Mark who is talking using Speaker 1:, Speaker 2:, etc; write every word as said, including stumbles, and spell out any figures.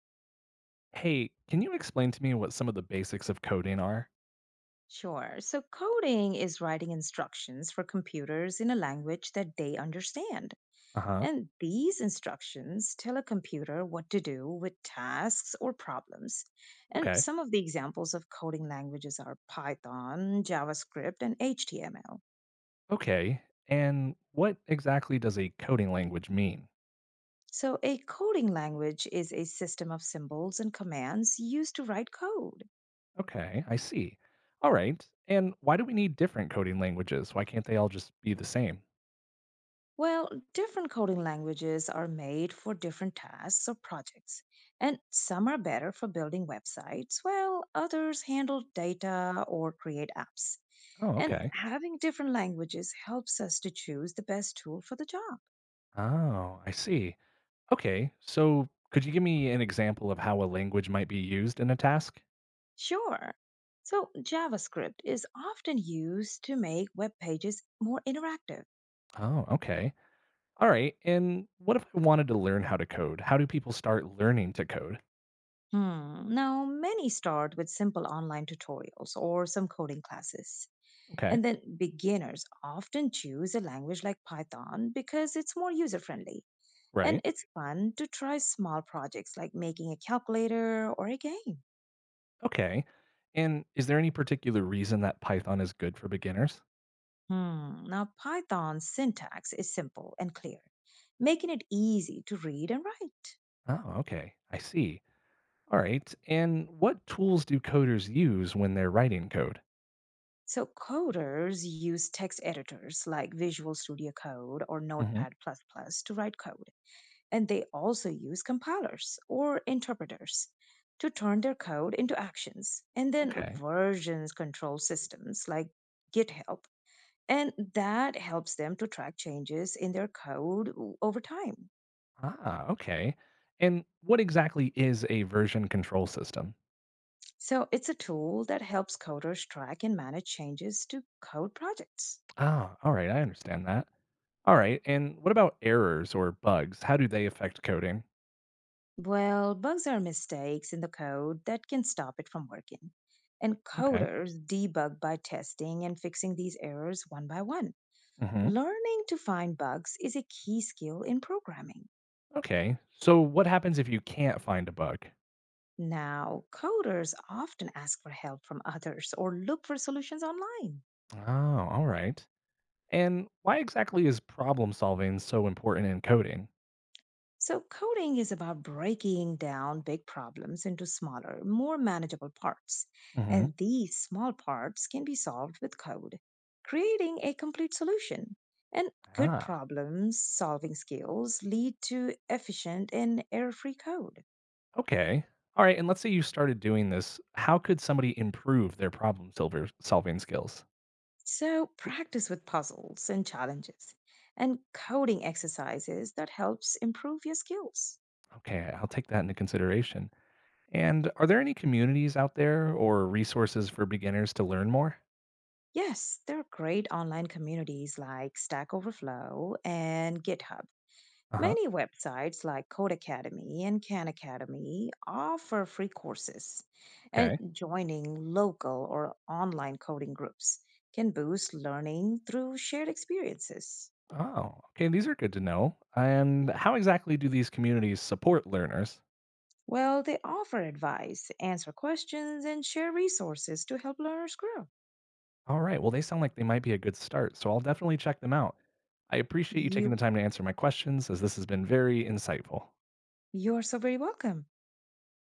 Speaker 1: Hey, can you explain to me what some of the basics of coding are?
Speaker 2: Sure. So, coding is writing instructions for computers in a language that they understand.
Speaker 1: Uh huh.
Speaker 2: And these instructions tell a computer what to do with tasks or problems. And
Speaker 1: Okay.
Speaker 2: some of the examples of coding languages are Python, JavaScript, and H T M L.
Speaker 1: Okay. And what exactly does a coding language mean?
Speaker 2: So, a coding language is a system of symbols and commands used to write code.
Speaker 1: Okay, I see. All right. And why do we need different coding languages? Why can't they all just be the same?
Speaker 2: Well, different coding languages are made for different tasks or projects, and some are better for building websites, while others handle data or create apps.
Speaker 1: Oh,
Speaker 2: And
Speaker 1: okay.
Speaker 2: having different languages helps us to choose the best tool for the job.
Speaker 1: Oh, I see. Okay. So could you give me an example of how a language might be used in a task?
Speaker 2: Sure. So, JavaScript is often used to make web pages more interactive.
Speaker 1: Oh, okay. All right. And what if I wanted to learn how to code? How do people start learning to code?
Speaker 2: Hmm. Now, many start with simple online tutorials or some coding classes.
Speaker 1: Okay.
Speaker 2: And then beginners often choose a language like Python because it's more user friendly and
Speaker 1: Right.
Speaker 2: it's fun to try small projects like making a calculator or a game.
Speaker 1: Okay. And is there any particular reason that Python is good for beginners?
Speaker 2: Hmm. Now, Python's syntax is simple and clear, making it easy to read and write.
Speaker 1: Oh, okay. I see. All right. And what tools do coders use when they're writing code?
Speaker 2: So, coders use text editors like Visual Studio Code or
Speaker 1: Hmm.
Speaker 2: Notepad to write code and they also use compilers or interpreters to turn their code into actions and then
Speaker 1: Okay.
Speaker 2: versions control systems like GitHub. And that helps them to track changes in their code o- over time.
Speaker 1: Ah, okay. And what exactly is a version control system?
Speaker 2: So it's a tool that helps coders track and manage changes to code projects.
Speaker 1: Ah, all right. I understand that. All right. And what about errors or bugs? How do they affect coding?
Speaker 2: Well, bugs are mistakes in the code that can stop it from working. And
Speaker 1: Okay.
Speaker 2: coders debug by testing and fixing these errors one by one.
Speaker 1: Hmm.
Speaker 2: Learning to find bugs is a key skill in programming.
Speaker 1: Okay. So what happens if you can't find a bug?
Speaker 2: Now, coders often ask for help from others or look for solutions online.
Speaker 1: Oh, all right. And why exactly is problem solving so important in coding?
Speaker 2: So, coding is about breaking down big problems into smaller, more manageable parts.
Speaker 1: Hmm.
Speaker 2: And these small parts can be solved with code, creating a complete solution. And good
Speaker 1: Ah,
Speaker 2: problem solving skills lead to efficient and error free code.
Speaker 1: okay. All right. And let's say you started doing this. How could somebody improve their problem solver- solving skills?
Speaker 2: So practice with puzzles and challenges and coding exercises that helps improve your skills.
Speaker 1: Okay, I'll take that into consideration. And are there any communities out there or resources for beginners to learn more?
Speaker 2: Yes, there are great online communities like Stack Overflow and GitHub.
Speaker 1: Uh huh.
Speaker 2: Many websites like Code Academy and Khan Academy offer free courses, and
Speaker 1: Okay.
Speaker 2: joining local or online coding groups can boost learning through shared experiences.
Speaker 1: Oh, okay. These are good to know. And how exactly do these communities support learners?
Speaker 2: Well, they offer advice, answer questions, and share resources to help learners grow.
Speaker 1: All right. Well, they sound like they might be a good start, so I'll definitely check them out. I appreciate you taking the
Speaker 2: You
Speaker 1: time to answer my questions, as this has been very insightful.
Speaker 2: you are so very welcome.